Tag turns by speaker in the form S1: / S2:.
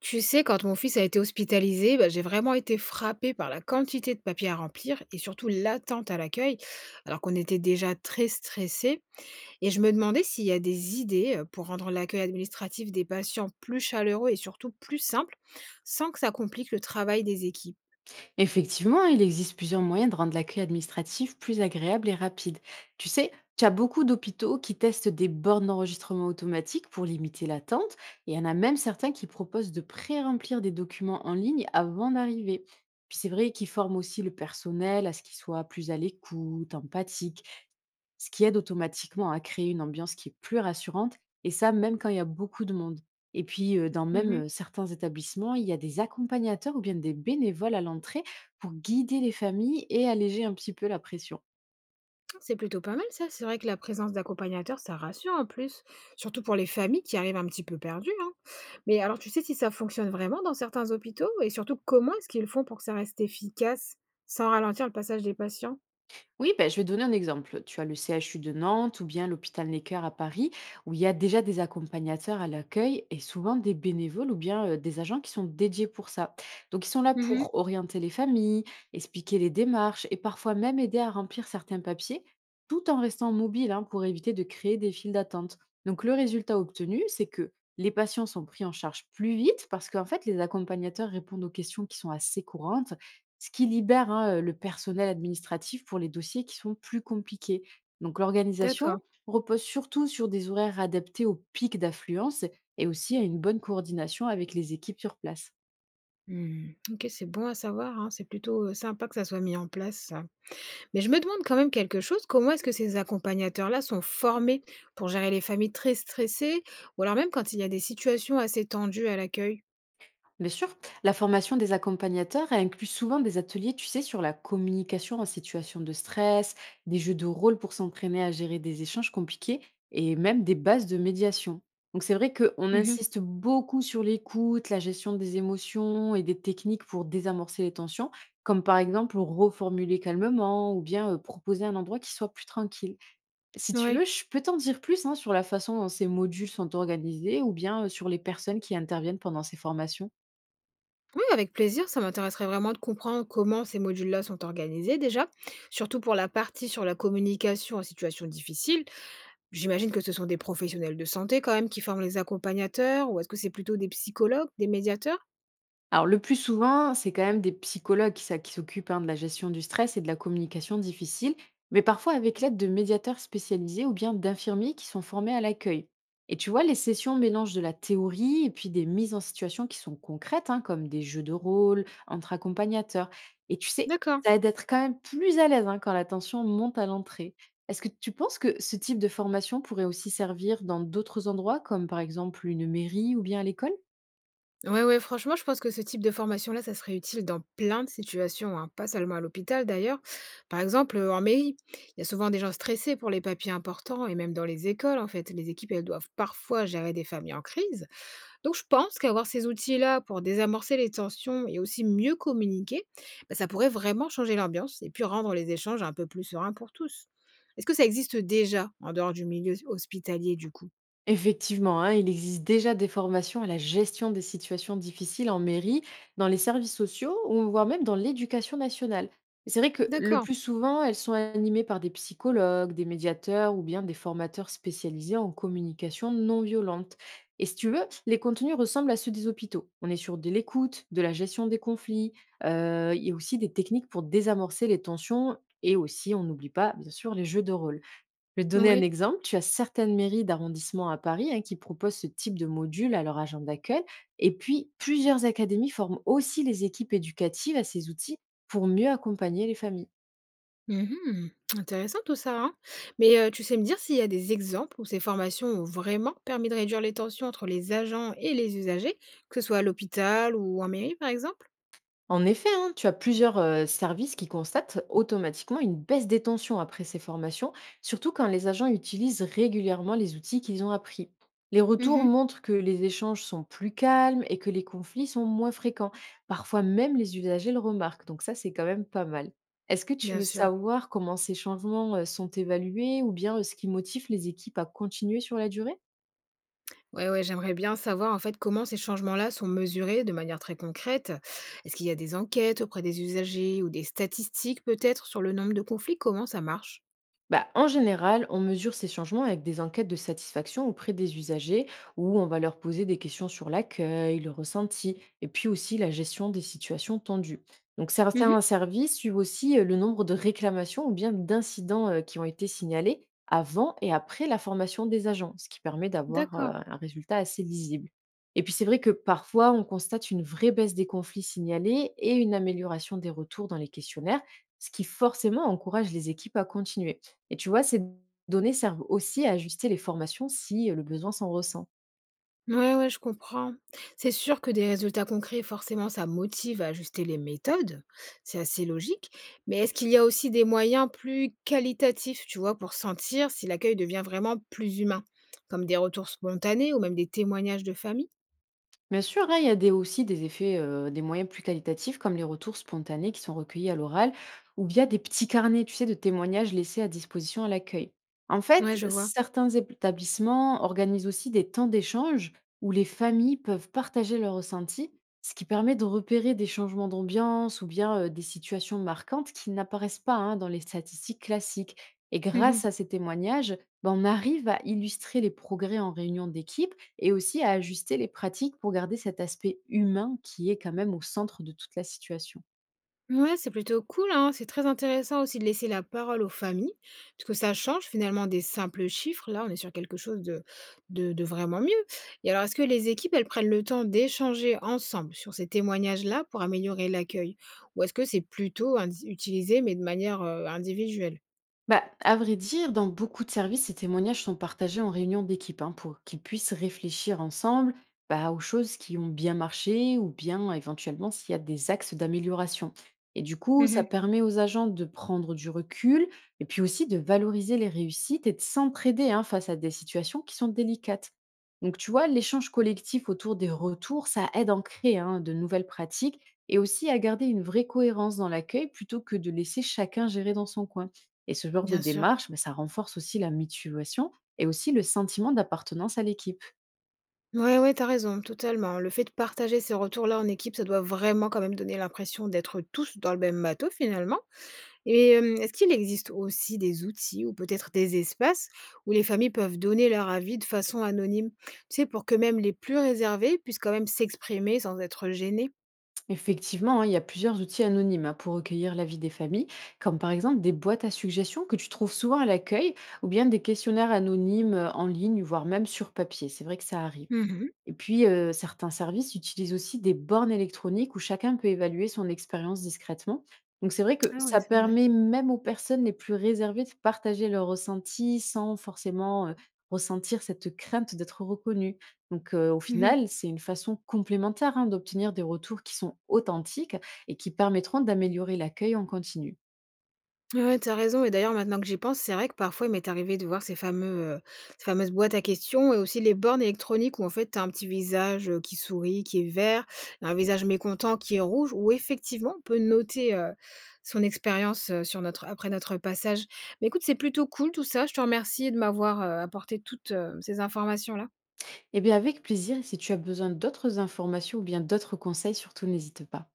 S1: Tu sais, quand mon fils a été hospitalisé, bah, j'ai vraiment été frappée par la quantité de papiers à remplir et surtout l'attente à l'accueil, alors qu'on était déjà très stressés. Et je me demandais s'il y a des idées pour rendre l'accueil administratif des patients plus chaleureux et surtout plus simple, sans que ça complique le travail des équipes.
S2: Effectivement, il existe plusieurs moyens de rendre l'accueil administratif plus agréable et rapide. Tu sais, tu as beaucoup d'hôpitaux qui testent des bornes d'enregistrement automatique pour limiter l'attente, et il y en a même certains qui proposent de pré-remplir des documents en ligne avant d'arriver. Puis c'est vrai qu'ils forment aussi le personnel à ce qu'il soit plus à l'écoute, empathique, ce qui aide automatiquement à créer une ambiance qui est plus rassurante et ça même quand il y a beaucoup de monde. Et puis heu, dans même,
S1: Mhm.
S2: heu, certains établissements, il y a des accompagnateurs ou bien des bénévoles à l'entrée pour guider les familles et alléger un petit peu la pression.
S1: C'est plutôt pas mal ça. C'est vrai que la présence d'accompagnateurs, ça rassure en plus, surtout pour les familles qui arrivent un petit peu perdues, hein. Mais alors, tu sais si ça fonctionne vraiment dans certains hôpitaux? Et surtout, comment est-ce qu'ils font pour que ça reste efficace sans ralentir le passage des patients?
S2: Oui, ben, je vais donner un exemple. Tu as le CHU de Nantes ou bien l'hôpital Necker à Paris, où il y a déjà des accompagnateurs à l'accueil et souvent des bénévoles ou bien des agents qui sont dédiés pour ça. Donc, ils sont là
S1: Mmh.
S2: pour orienter les familles, expliquer les démarches et parfois même aider à remplir certains papiers, tout en restant mobile hein, pour éviter de créer des files d'attente. Donc, le résultat obtenu, c'est que les patients sont pris en charge plus vite parce qu'en fait, les accompagnateurs répondent aux questions qui sont assez courantes, ce qui libère, hein, le personnel administratif pour les dossiers qui sont plus compliqués. Donc
S1: D'accord.
S2: l'organisation repose surtout sur des horaires adaptés aux pics d'affluence et aussi à une bonne coordination avec les équipes sur place.
S1: Mmh, OK, c'est bon à savoir, hein. C'est plutôt sympa que ça soit mis en place, ça. Mais je me demande quand même quelque chose, comment est-ce que ces accompagnateurs-là sont formés pour gérer les familles très stressées ou alors même quand il y a des situations assez tendues à l'accueil?
S2: Bien sûr, la formation des accompagnateurs elle inclut souvent des ateliers, tu sais, sur la communication en situation de stress, des jeux de rôle pour s'entraîner à gérer des échanges compliqués et même des bases de médiation. Donc c'est vrai qu'on
S1: Oui.
S2: insiste beaucoup sur l'écoute, la gestion des émotions et des techniques pour désamorcer les tensions, comme par exemple reformuler calmement ou bien proposer un endroit qui soit plus tranquille. Si tu veux, je peux t'en dire plus hein, sur la façon dont ces modules sont organisés ou bien sur les personnes qui interviennent pendant ces formations.
S1: Oui, avec plaisir, ça m'intéresserait vraiment de comprendre comment ces modules-là sont organisés déjà, surtout pour la partie sur la communication en situation difficile. J'imagine que ce sont des professionnels de santé quand même qui forment les accompagnateurs, ou est-ce que c'est plutôt des psychologues, des médiateurs?
S2: Alors le plus souvent, c'est quand même des psychologues qui s'occupent hein, de la gestion du stress et de la communication difficile, mais parfois avec l'aide de médiateurs spécialisés ou bien d'infirmiers qui sont formés à l'accueil. Et tu vois, les sessions mélangent de la théorie et puis des mises en situation qui sont concrètes, hein, comme des jeux de rôle entre accompagnateurs. Et tu sais,
S1: D'accord.
S2: ça aide à être quand même plus à l'aise hein, quand la tension monte à l'entrée. Est-ce que tu penses que ce type de formation pourrait aussi servir dans d'autres endroits, comme par exemple une mairie ou bien à l'école?
S1: Ouais, ouais, franchement, je pense que ce type de formation-là, ça serait utile dans plein de situations, hein, pas seulement à l'hôpital d'ailleurs. Par exemple, en mairie, il y a souvent des gens stressés pour les papiers importants et même dans les écoles, en fait. Les équipes, elles doivent parfois gérer des familles en crise. Donc, je pense qu'avoir ces outils-là pour désamorcer les tensions et aussi mieux communiquer, bah, ça pourrait vraiment changer l'ambiance et puis rendre les échanges un peu plus sereins pour tous. Est-ce que ça existe déjà en dehors du milieu hospitalier, du coup?
S2: Effectivement, hein, il existe déjà des formations à la gestion des situations difficiles en mairie, dans les services sociaux ou voire même dans l'éducation nationale. Et c'est vrai que le
S1: D'accord.
S2: plus souvent, elles sont animées par des psychologues, des médiateurs ou bien des formateurs spécialisés en communication non violente. Et si tu veux, les contenus ressemblent à ceux des hôpitaux. On est sur de l'écoute, de la gestion des conflits, il y a aussi des techniques pour désamorcer les tensions et aussi, on n'oublie pas, bien sûr, les jeux de rôle. Je vais te donner un
S1: Oui.
S2: exemple. Tu as certaines mairies d'arrondissement à Paris hein, qui proposent ce type de module à leur agent d'accueil. Et puis, plusieurs académies forment aussi les équipes éducatives à ces outils pour mieux accompagner les familles.
S1: Mmh. Intéressant tout ça, hein. Mais, tu sais me dire s'il y a des exemples où ces formations ont vraiment permis de réduire les tensions entre les agents et les usagers, que ce soit à l'hôpital ou en mairie, par exemple?
S2: En effet, hein, tu as plusieurs services qui constatent automatiquement une baisse des tensions après ces formations, surtout quand les agents utilisent régulièrement les outils qu'ils ont appris. Les retours
S1: Mmh.
S2: montrent que les échanges sont plus calmes et que les conflits sont moins fréquents. Parfois même les usagers le remarquent, donc ça c'est quand même pas mal. Est-ce que tu
S1: Bien
S2: veux
S1: sûr.
S2: savoir comment ces changements sont évalués ou bien ce qui motive les équipes à continuer sur la durée?
S1: Ouais, ouais, j'aimerais bien savoir, en fait, comment ces changements-là sont mesurés de manière très concrète. Est-ce qu'il y a des enquêtes auprès des usagers ou des statistiques peut-être sur le nombre de conflits? Comment ça marche?
S2: Bah, en général, on mesure ces changements avec des enquêtes de satisfaction auprès des usagers où on va leur poser des questions sur l'accueil, le ressenti et puis aussi la gestion des situations tendues. Donc
S1: Mmh.
S2: certains services suivent aussi le nombre de réclamations ou bien d'incidents qui ont été signalés avant et après la formation des agents, ce qui permet d'avoir
S1: D'accord.
S2: un résultat assez lisible. Et puis c'est vrai que parfois on constate une vraie baisse des conflits signalés et une amélioration des retours dans les questionnaires, ce qui forcément encourage les équipes à continuer. Et tu vois, ces données servent aussi à ajuster les formations si, le besoin s'en ressent.
S1: Ouais, ouais, je comprends. C'est sûr que des résultats concrets, forcément, ça motive à ajuster les méthodes. C'est assez logique. Mais est-ce qu'il y a aussi des moyens plus qualitatifs, tu vois, pour sentir si l'accueil devient vraiment plus humain, comme des retours spontanés ou même des témoignages de famille?
S2: Bien sûr, hein, il y a des, aussi des effets, des moyens plus qualitatifs comme les retours spontanés qui sont recueillis à l'oral ou via des petits carnets, tu sais, de témoignages laissés à disposition à l'accueil. En fait,
S1: Ouais, je vois.
S2: certains établissements organisent aussi des temps d'échange où les familles peuvent partager leurs ressentis, ce qui permet de repérer des changements d'ambiance ou bien, des situations marquantes qui n'apparaissent pas, hein, dans les statistiques classiques. Et grâce
S1: Mhm.
S2: à ces témoignages, ben, on arrive à illustrer les progrès en réunion d'équipe et aussi à ajuster les pratiques pour garder cet aspect humain qui est quand même au centre de toute la situation.
S1: Ouais, c'est plutôt cool, hein. C'est très intéressant aussi de laisser la parole aux familles, parce que ça change finalement des simples chiffres. Là, on est sur quelque chose de vraiment mieux. Et alors, est-ce que les équipes, elles prennent le temps d'échanger ensemble sur ces témoignages-là pour améliorer l'accueil? Ou est-ce que c'est plutôt utilisé, mais de manière individuelle?
S2: Bah, à vrai dire, dans beaucoup de services, ces témoignages sont partagés en réunion d'équipe hein, pour qu'ils puissent réfléchir ensemble bah, aux choses qui ont bien marché ou bien éventuellement s'il y a des axes d'amélioration. Et du coup, ça
S1: Mhm.
S2: permet aux agents de prendre du recul et puis aussi de valoriser les réussites et de s'entraider hein, face à des situations qui sont délicates. Donc, tu vois, l'échange collectif autour des retours, ça aide à en créer hein, de nouvelles pratiques et aussi à garder une vraie cohérence dans l'accueil plutôt que de laisser chacun gérer dans son coin. Et ce genre de
S1: Bien sûr.
S2: démarche, ben, ça renforce aussi la mutuation et aussi le sentiment d'appartenance à l'équipe.
S1: Ouais, ouais, t'as raison, totalement. Le fait de partager ces retours-là en équipe, ça doit vraiment quand même donner l'impression d'être tous dans le même bateau finalement. Et est-ce qu'il existe aussi des outils ou peut-être des espaces où les familles peuvent donner leur avis de façon anonyme? Tu sais, pour que même les plus réservés puissent quand même s'exprimer sans être gênés?
S2: Effectivement, hein, il y a plusieurs outils anonymes hein, pour recueillir l'avis des familles, comme par exemple des boîtes à suggestions que tu trouves souvent à l'accueil, ou bien des questionnaires anonymes en ligne, voire même sur papier. C'est vrai que ça arrive.
S1: Mmh.
S2: Et puis, certains services utilisent aussi des bornes électroniques où chacun peut évaluer son expérience discrètement. Donc c'est vrai que
S1: Ah ouais,
S2: ça
S1: c'est vrai.
S2: permet même aux personnes les plus réservées de partager leurs ressentis sans forcément, ressentir cette crainte d'être reconnue. Donc, au final, c'est une façon complémentaire, hein, d'obtenir des retours qui sont authentiques et qui permettront d'améliorer l'accueil en continu.
S1: Ouais, ouais, t'as raison, et d'ailleurs maintenant que j'y pense, c'est vrai que parfois il m'est arrivé de voir ces ces fameuses boîtes à questions et aussi les bornes électroniques où en fait t'as un petit visage, qui sourit, qui est vert, un visage mécontent qui est rouge, où effectivement on peut noter, son expérience, sur notre passage. Mais écoute, c'est plutôt cool tout ça. Je te remercie de m'avoir, apporté toutes ces informations-là.
S2: Eh bien avec plaisir, si tu as besoin d'autres informations ou bien d'autres conseils, surtout n'hésite pas.